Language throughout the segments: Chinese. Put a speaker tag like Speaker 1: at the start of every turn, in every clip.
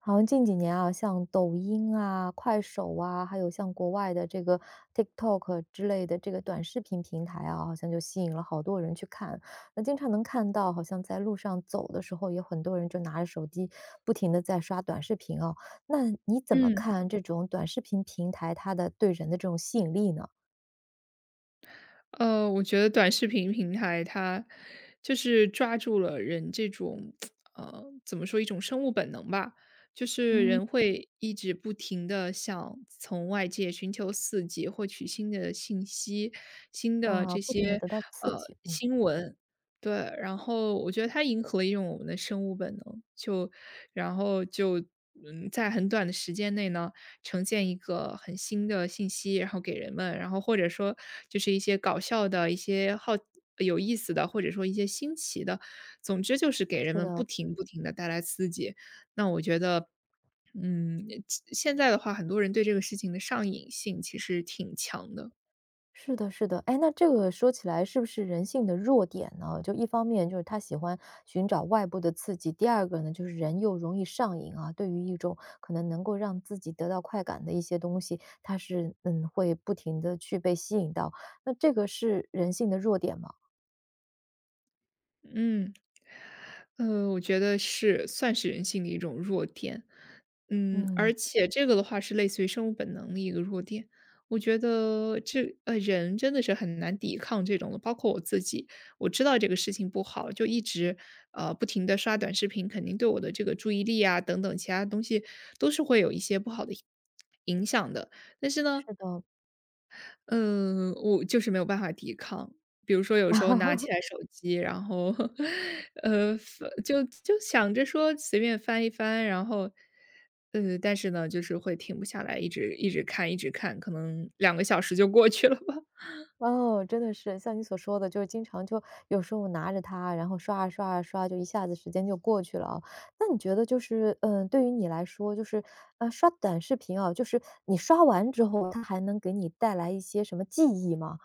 Speaker 1: 好像近几年啊，像抖音啊、快手啊，还有像国外的这个 TikTok 之类的这个短视频平台啊，好像就吸引了好多人去看。那经常能看到，好像在路上走的时候，有很多人就拿着手机不停的在刷短视频哦。那你怎么
Speaker 2: 嗯，
Speaker 1: 看这种短视频平台它的对人的这种吸引力呢？
Speaker 2: 我觉得短视频平台它就是抓住了人这种，怎么说一种生物本能吧，就是
Speaker 1: 嗯。
Speaker 2: 人会一直不停的想从外界寻求刺激，获取新的信息、新的
Speaker 1: 啊，
Speaker 2: 这
Speaker 1: 不停的
Speaker 2: 些
Speaker 1: 得到刺激，嗯。
Speaker 2: 新闻，对。然后我觉得它迎合了一种我们的生物本能，就然后就嗯，在很短的时间内呢，呈现一个很新的信息，然后给人们，然后或者说就是一些搞笑的、一些好有意思的，或者说一些新奇的，总之就是给人们不停不停的带来刺激。那我觉得，嗯，现在的话，很多人对这个事情的上瘾性其实挺强的。
Speaker 1: 是的，是的，哎，那这个说起来是不是人性的弱点呢？就一方面就是他喜欢寻找外部的刺激，第二个呢，就是人又容易上瘾啊，对于一种可能能够让自己得到快感的一些东西，他是会不停的去被吸引到，那这个是人性的弱点吗？
Speaker 2: 嗯，我觉得是算是人性的一种弱点，而
Speaker 1: 嗯，
Speaker 2: 且这个的话是类似于生物本能的一个弱点。我觉得人真的是很难抵抗这种的，包括我自己。我知道这个事情不好，就一直不停的刷短视频，肯定对我的这个注意力啊等等其他东西都是会有一些不好的影响的。
Speaker 1: 是的，
Speaker 2: 嗯，我就是没有办法抵抗。比如说有时候
Speaker 1: 啊。
Speaker 2: 拿起来手机，然后，就想着说随便翻一翻，然后，但是呢，就是会停不下来，一直一直看，一直看，可能2个小时就过去了吧。
Speaker 1: 哦，真的是像你所说的，就是经常就有时候拿着它，然后刷啊刷啊刷，就一下子时间就过去了啊。那你觉得就是，嗯，对于你来说，就是，刷短视频啊，就是你刷完之后，它还能给你带来一些什么记忆吗？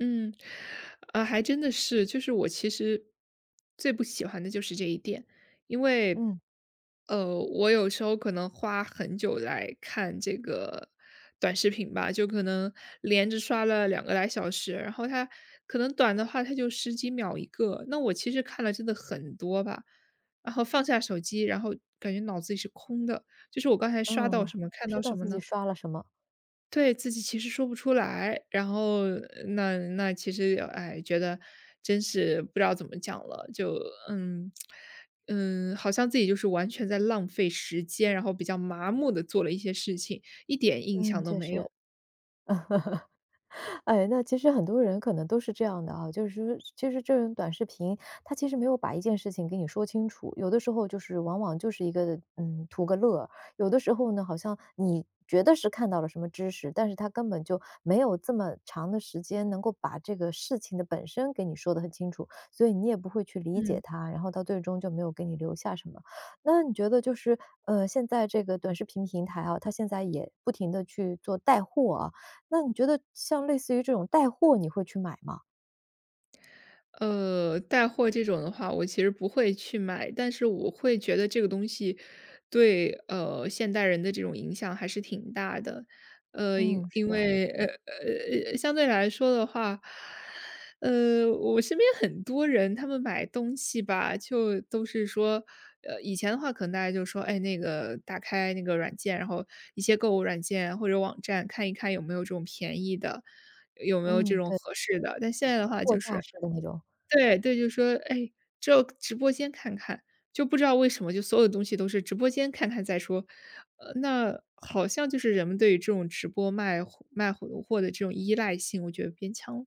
Speaker 2: 嗯，啊，还真的是，就是我其实最不喜欢的就是这一点。因为
Speaker 1: 嗯，
Speaker 2: 我有时候可能花很久来看这个短视频吧，就可能连着刷了2个来小时，然后它可能短的话，它就十几秒一个，那我其实看了真的很多吧，然后放下手机，然后感觉脑子里是空的，就是我刚才刷到
Speaker 1: 嗯，
Speaker 2: 什么，
Speaker 1: 不
Speaker 2: 看到
Speaker 1: 知
Speaker 2: 什
Speaker 1: 道
Speaker 2: 么
Speaker 1: 自
Speaker 2: 呢？
Speaker 1: 己刷了什么。
Speaker 2: 对，自己其实说不出来。然后那其实，哎，觉得真是不知道怎么讲了，就嗯好像自己就是完全在浪费时间，然后比较麻木的做了一些事情，一点印象
Speaker 1: 嗯，
Speaker 2: 都
Speaker 1: 确
Speaker 2: 没
Speaker 1: 实。
Speaker 2: 有。
Speaker 1: 哎，那其实很多人可能都是这样的啊，就是说其实这种短视频，它其实没有把一件事情给你说清楚，有的时候就是往往就是一个图个乐儿，有的时候呢，好像你觉得是看到了什么知识，但是它根本就没有这么长的时间能够把这个事情的本身给你说得很清楚，所以你也不会去理解
Speaker 2: 嗯。
Speaker 1: 它，然后到最终就没有给你留下什么。那你觉得就是现在这个短视频平台啊，它现在也不停的去做带货啊，那你觉得像类似于这种带货你会去买吗？
Speaker 2: 带货这种的话，我其实不会去买，但是我会觉得这个东西对现代人的这种影响还是挺大的。呃，因
Speaker 1: 嗯，是
Speaker 2: 因
Speaker 1: 的，
Speaker 2: 为呃呃呃相对来说的话，我身边很多人他们买东西吧，就都是说，以前的话可能大家就说，哎，那个打开那个软件，然后一些购物软件或者网站看一看有没有这种便宜的，有没有这
Speaker 1: 嗯，
Speaker 2: 种
Speaker 1: 对，
Speaker 2: 合适的。但现在的话
Speaker 1: 货
Speaker 2: 就
Speaker 1: 架
Speaker 2: 是，
Speaker 1: 式的那种。
Speaker 2: 对对，就说，哎，这直播间看看，就不知道为什么，就所有东西都是直播间看看再说。那好像就是人们对于这种直播卖货的这种依赖性，我觉得变强了。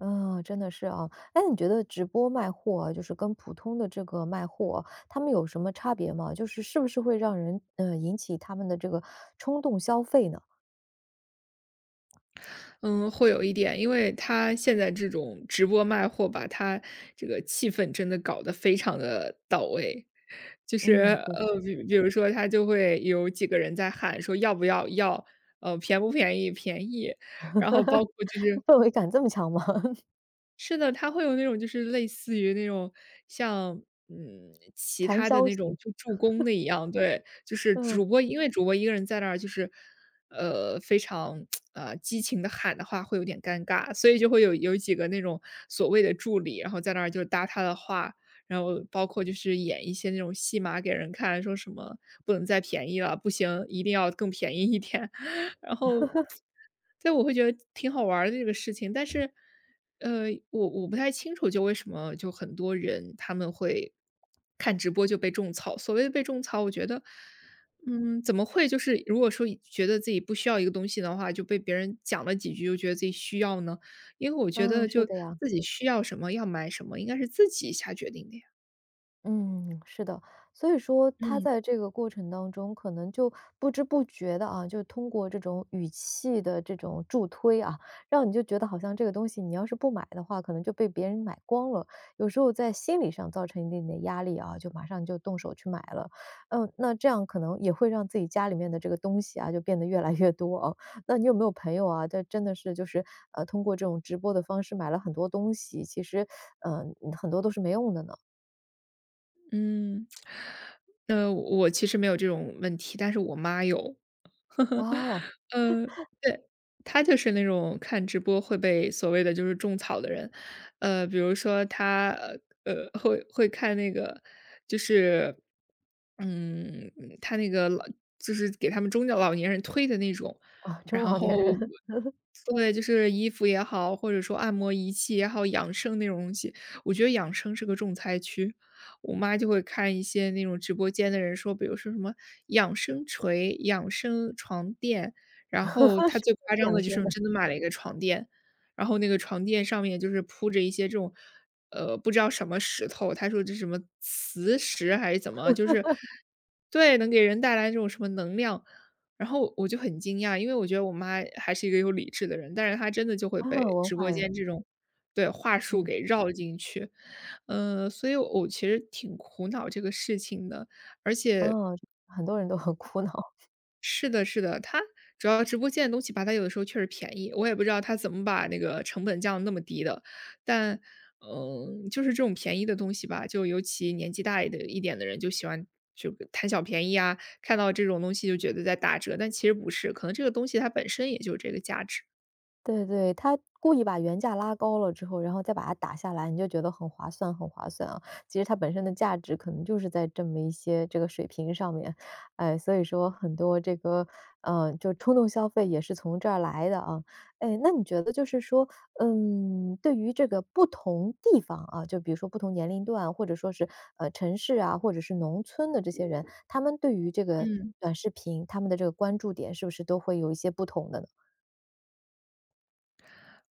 Speaker 1: 嗯，真的是啊。哎，你觉得直播卖货啊就是跟普通的这个卖货啊，他们有什么差别吗？就是是不是会让人引起他们的这个冲动消费呢？
Speaker 2: 嗯，会有一点，因为他现在这种直播卖货吧，他这个气氛真的搞得非常的到位。就是，
Speaker 1: 嗯，就是
Speaker 2: 比如说他就会有几个人在喊说要不要，便不便宜，便宜，然后包括就是
Speaker 1: 氛围感这么强吗？
Speaker 2: 是的，他会有那种就是类似于那种像，其
Speaker 1: 传
Speaker 2: 他的
Speaker 1: 销
Speaker 2: 那种
Speaker 1: 型。
Speaker 2: 就助攻的一样。对，就是
Speaker 1: 嗯，
Speaker 2: 主播因为主播一个人在那儿就是，非常，激情的喊的话会有点尴尬，所以就会有几个那种所谓的助理，然后在那儿就搭他的话，然后包括就是演一些那种戏码给人看，说什么不能再便宜了，不行，一定要更便宜一点，然后，对，我会觉得挺好玩儿的这个事情，但是呃，我不太清楚，就为什么就很多人他们会看直播就被种草。所谓的被种草，我觉得，怎么会就是如果说觉得自己不需要一个东西的话，就被别人讲了几句，就觉得自己需要呢？因为我觉
Speaker 1: 嗯，
Speaker 2: 得
Speaker 1: 是
Speaker 2: 就
Speaker 1: 的呀。
Speaker 2: 自己需要什么，要买什么，应该是自己下决定的呀。
Speaker 1: 嗯，是的，所以说他
Speaker 2: 嗯。
Speaker 1: 在这个过程当中，可能就不知不觉的啊，就通过这种语气的这种助推啊，让你就觉得好像这个东西你要是不买的话，可能就被别人买光了。有时候在心理上造成一定的压力啊，就马上就动手去买了。嗯，那这样可能也会让自己家里面的这个东西啊，就变得越来越多啊。那你有没有朋友啊，这真的是就是通过这种直播的方式买了很多东西，其实很多都是没用的呢？
Speaker 2: 嗯，我其实没有这种问题，但是我妈有。
Speaker 1: 哦。
Speaker 2: 呃，对，她就是那种看直播会被所谓的就是种草的人。比如说她，会看那个就是，嗯，她那个就是给他们中老年人推的那种。
Speaker 1: 啊，
Speaker 2: 然
Speaker 1: 中老年
Speaker 2: 后
Speaker 1: 人
Speaker 2: 对，就是衣服也好，或者说按摩仪器也好，养生那种东西，我觉得养生是个重灾区。我妈就会看一些那种直播间的人说，比如说什么养生锤、养生床垫，然后 她
Speaker 1: 谁
Speaker 2: 最夸
Speaker 1: 是
Speaker 2: 张的
Speaker 1: 养
Speaker 2: 就
Speaker 1: 生
Speaker 2: 是
Speaker 1: 的，
Speaker 2: 真的买了一个床垫，然后那个床垫上面就是铺着一些这种，不知道什么石头，她说这是什么磁石还是怎么，就是对，能给人带来这种什么能量。然后我就很惊讶，因为我觉得我妈还是一个有理智的人，但是她真的就会
Speaker 1: 啊，
Speaker 2: 被
Speaker 1: 文
Speaker 2: 直
Speaker 1: 化
Speaker 2: 播
Speaker 1: 人，
Speaker 2: 间这种对，话术
Speaker 1: 嗯，
Speaker 2: 给绕进去。所以我其实挺苦恼这个事情的，而
Speaker 1: 啊，
Speaker 2: 且
Speaker 1: 很多人都很苦恼。
Speaker 2: 是的，是的，它主要直播间的东西吧，它有的时候确实便宜，我也不知道它怎么把那个成本降得那么低的。但，就是这种便宜的东西吧，就尤其年纪大一的一点的人就喜欢就贪小便宜啊，看到这种东西就觉得在打折，但其实不是，可能这个东西它本身也就这个价值。
Speaker 1: 对对，他故意把原价拉高了之后，然后再把它打下来，你就觉得很划算，很划算啊。其实它本身的价值可能就是在这么一些这个水平上面，哎，所以说很多这个，就冲动消费也是从这儿来的啊。哎，那你觉得就是说，嗯，对于这个不同地方啊，就比如说不同年龄段，或者说是城市啊，或者是农村的这些人，他们对于这个
Speaker 2: 嗯。
Speaker 1: 短视频，他们的这个关注点是不是都会有一些不同的呢？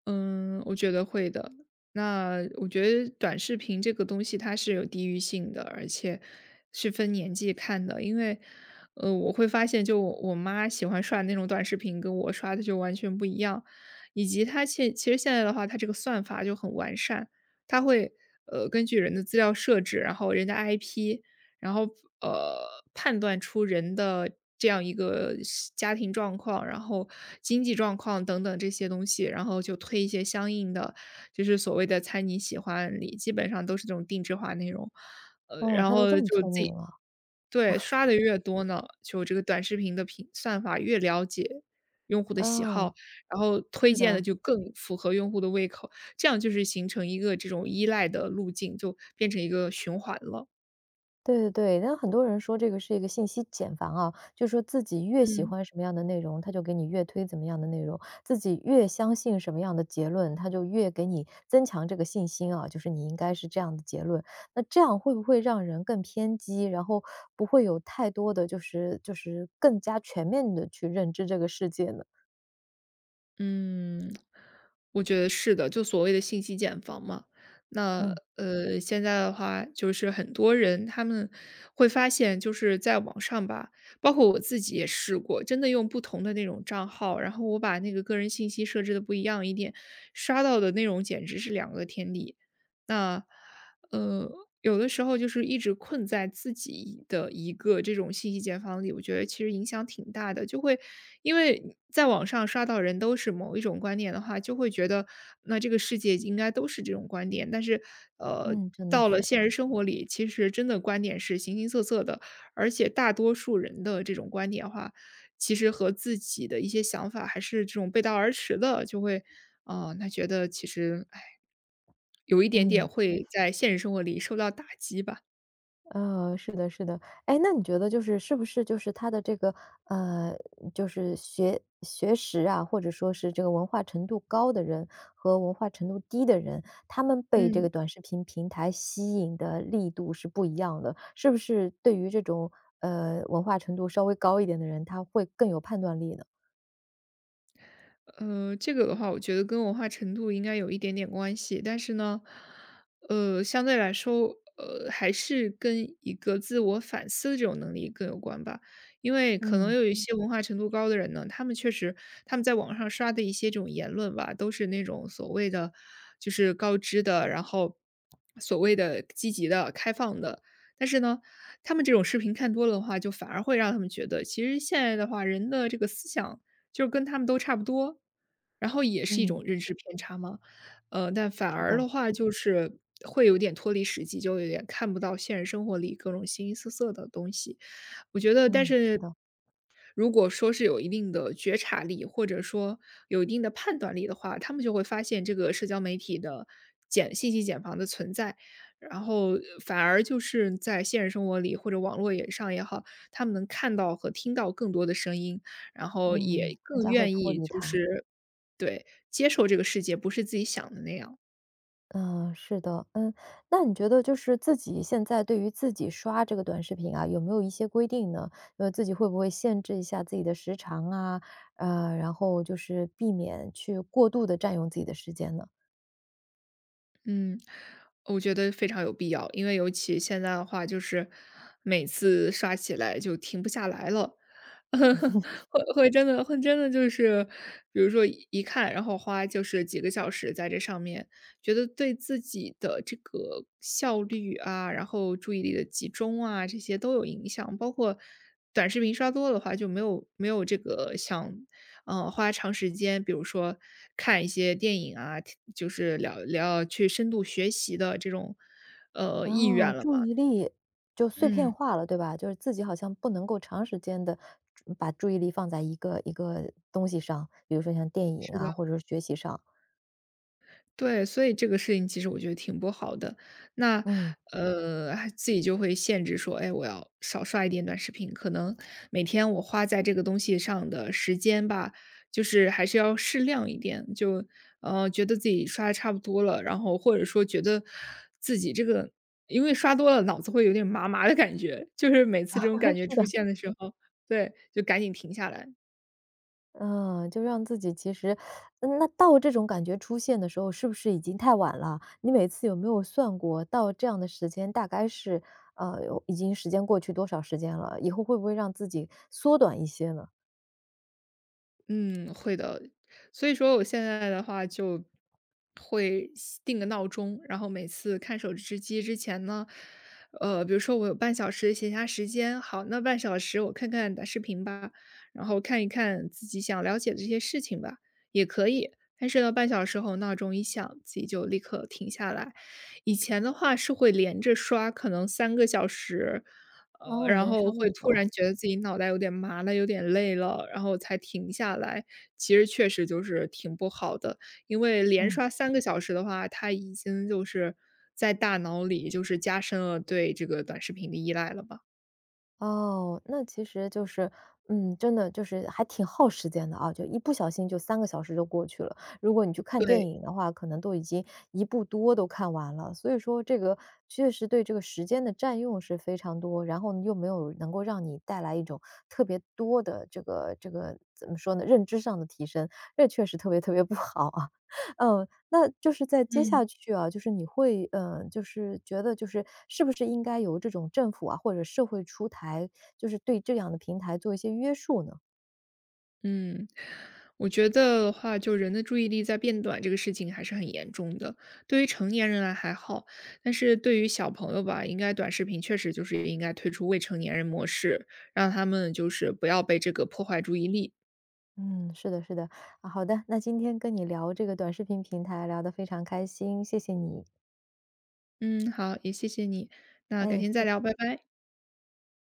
Speaker 2: 嗯，我觉得会的。那我觉得短视频这个东西它是有地域性的，而且是分年纪看的。因为，我会发现，就我妈喜欢刷那种短视频，跟我刷的就完全不一样。以及它其实现在的话，它这个算法就很完善，它会根据人的资料设置，然后人家 IP，然后呃，判断出人的这样一个是家庭状况，然后经济状况等等这些东西，然后就推一些相应的，就是所谓的“猜你喜欢”里，基本上都是这种定制化内容。
Speaker 1: 哦，
Speaker 2: 然
Speaker 1: 他都
Speaker 2: 后
Speaker 1: 这么
Speaker 2: 就
Speaker 1: 聪
Speaker 2: 自
Speaker 1: 明
Speaker 2: 己
Speaker 1: 了，
Speaker 2: 对，刷的越多呢，就这个短视频的算法越了解用户的喜好，
Speaker 1: 啊，
Speaker 2: 然后推
Speaker 1: 是
Speaker 2: 荐的
Speaker 1: 的，
Speaker 2: 就更符合用户的胃口，这样就是形成一个这种依赖的路径，就变成一个循环了。
Speaker 1: 对对对。那很多人说这个是一个信息茧房啊，就说自己越喜
Speaker 2: 嗯。
Speaker 1: 欢什么样的内容，他就给你越推怎么样的内容；自己越相信什么样的结论，他就越给你增强这个信心啊，就是你应该是这样的结论。那这样会不会让人更偏激，然后不会有太多的就是更加全面的去认知这个世界呢？
Speaker 2: 嗯，我觉得是的，就所谓的信息茧房嘛。那
Speaker 1: 嗯，
Speaker 2: 现在的话，就是很多人他们会发现，就是在网上吧，包括我自己也试过，真的用不同的那种账号，然后我把那个个人信息设置的不一样一点，刷到的内容简直是两个天地。那呃，有的时候就是一直困在自己的一个这种信息茧房里，我觉得其实影响挺大的。就会因为在网上刷到人都是某一种观点的话，就会觉得那这个世界应该都是这种观点。但是，呃，
Speaker 1: 嗯，真的
Speaker 2: 到了
Speaker 1: 是，
Speaker 2: 现实生活里，其实真的观点是形形色色的，而且大多数人的这种观点的话，其实和自己的一些想法还是这种背道而驰的，就会，那觉得其实，哎，有一点点
Speaker 1: 嗯。
Speaker 2: 会在现实生活里受到打击吧，
Speaker 1: 是的，是的。哎，那你觉得就是是不是就是他的这个呃，就是学识啊，或者说是这个文化程度高的人和文化程度低的人，他们被这
Speaker 2: 嗯。
Speaker 1: 个短视频平台吸引的力度是不一样的。是不是对于这种文化程度稍微高一点的人，他会更有判断力呢？
Speaker 2: 这个的话，我觉得跟文化程度应该有一点点关系，但是呢，相对来说，还是跟一个自我反思的这种能力更有关吧。因为可能
Speaker 1: 嗯，
Speaker 2: 有一些文化程度高的人呢，他们确实他们在网上刷的一些这种言论吧，都是那种所谓的就是高知的，然后所谓的积极的、开放的。但是呢，他们这种视频看多了的话，就反而会让他们觉得，其实现在的话，人的这个思想就是跟他们都差不多，然后也是一
Speaker 1: 嗯，
Speaker 2: 种认知偏差嘛。但反
Speaker 1: 是
Speaker 2: 而
Speaker 1: 的，
Speaker 2: 的话就是会有点脱离实际，就有点看不到现实生活里各种形形色色的东西。我觉得但
Speaker 1: 嗯，是
Speaker 2: 是
Speaker 1: 的，
Speaker 2: 如果说是有一定的觉察力，或者说有一定的判断力的话，他们就会发现这个社交媒体的信息茧房的存在，然后反而就是在现实生活里或者网络也上也好，他们能看到和听到更多的声音，然后
Speaker 1: 嗯，
Speaker 2: 也
Speaker 1: 更
Speaker 2: 更
Speaker 1: 加会
Speaker 2: 愿
Speaker 1: 脱
Speaker 2: 意
Speaker 1: 离
Speaker 2: 就
Speaker 1: 他。
Speaker 2: 是对，接受这个世界不是自己想的那样。
Speaker 1: 嗯，是的，嗯，那你觉得就是自己现在对于自己刷这个短视频啊，有没有一些规定呢？自己会不会限制一下自己的时长啊？然后就是避免去过度的占用自己的时间呢？
Speaker 2: 嗯，我觉得非常有必要，因为尤其现在的话，就是每次刷起来就停不下来了。会会真的会真的就是，比如说一看，然后花就是几个小时在这上面，觉得对自己的这个效率啊，然后注意力的集中啊，这些都有影响。包括短视频刷多了的话，就没有这个想，嗯，花长时间，比如说看一些电影啊，就是聊聊去深度学习的这种，意愿
Speaker 1: 哦，
Speaker 2: 了
Speaker 1: 注
Speaker 2: 嘛。
Speaker 1: 意力就碎片
Speaker 2: 嗯，
Speaker 1: 化了，对吧？就是自己好像不能够长时间的把注意力放在一个一个东西上，比如说像电影
Speaker 2: 是的。
Speaker 1: 啊，或者是学习上。
Speaker 2: 对，所以这个事情其实我觉得挺不好的。那
Speaker 1: 嗯，
Speaker 2: 还自己就会限制说，哎，我要少刷一点短视频，可能每天我花在这个东西上的时间吧，就是还是要适量一点。就觉得自己刷的差不多了，然后或者说觉得自己这个因为刷多了，脑子会有点麻麻的感觉，就是每次这种感 觉
Speaker 1: 是
Speaker 2: 出
Speaker 1: 的。
Speaker 2: 现的时候，对，就赶紧停下来。
Speaker 1: 嗯，就让自己其实那到这种感觉出现的时候，是不是已经太晚了？你每次有没有算过，到这样的时间大概是，有已经时间过去多少时间了？以后会不会让自己缩短一些呢？
Speaker 2: 嗯，会的。所以说我现在的话就会西定个闹钟，然后每次看手机之前呢，比如说我有半小时的闲暇时间，好，那半小时我看看短视频吧，然后看一看自己想了解的这些事情吧，也可以。但是呢，半小时后闹钟一响，自己就立刻停下来。以前的话是会连着刷，可能三个小时，
Speaker 1: 哦，
Speaker 2: 然
Speaker 1: 连
Speaker 2: 后
Speaker 1: 伤那
Speaker 2: 会
Speaker 1: 么久，
Speaker 2: 突然觉得自己脑袋有点麻了，有点累了，然后才停下来。其实确实就是挺不好的，因为连
Speaker 1: 嗯。
Speaker 2: 刷三个小时的话，它已经就是在大脑里就是加深了对这个短视频的依赖了吧。
Speaker 1: 哦，那其实就是，嗯，真的就是还挺耗时间的啊，就一不小心就三个小时就过去了。如果你去看电
Speaker 2: 对，
Speaker 1: 影的话，可能都已经一部多都看完了，所以说这个确实对这个时间的占用是非常多，然后呢又没有能够让你带来一种特别多的这个怎么说呢，认知上的提升，这确实特别特别不好啊。嗯，那就是在接
Speaker 2: 嗯。
Speaker 1: 下去啊，就是你会，嗯，就是觉得就是是不是应该由这种政府啊，或者社会出台，就是对这样的平台做一些约束呢？
Speaker 2: 嗯，我觉得的话，就人的注意力在变短这个事情还是很严重的。对于成年人来还好，但是对于小朋友吧，应该短视频确实就是应该推出未成年人模式，让他们就是不要被这个破坏注意力。
Speaker 1: 嗯，是的，是的。啊，好的，那今天跟你聊这个短视频平台聊得非常开心，谢谢你。
Speaker 2: 嗯，好，也谢谢你，那改天再
Speaker 1: 哎。
Speaker 2: 聊，拜拜。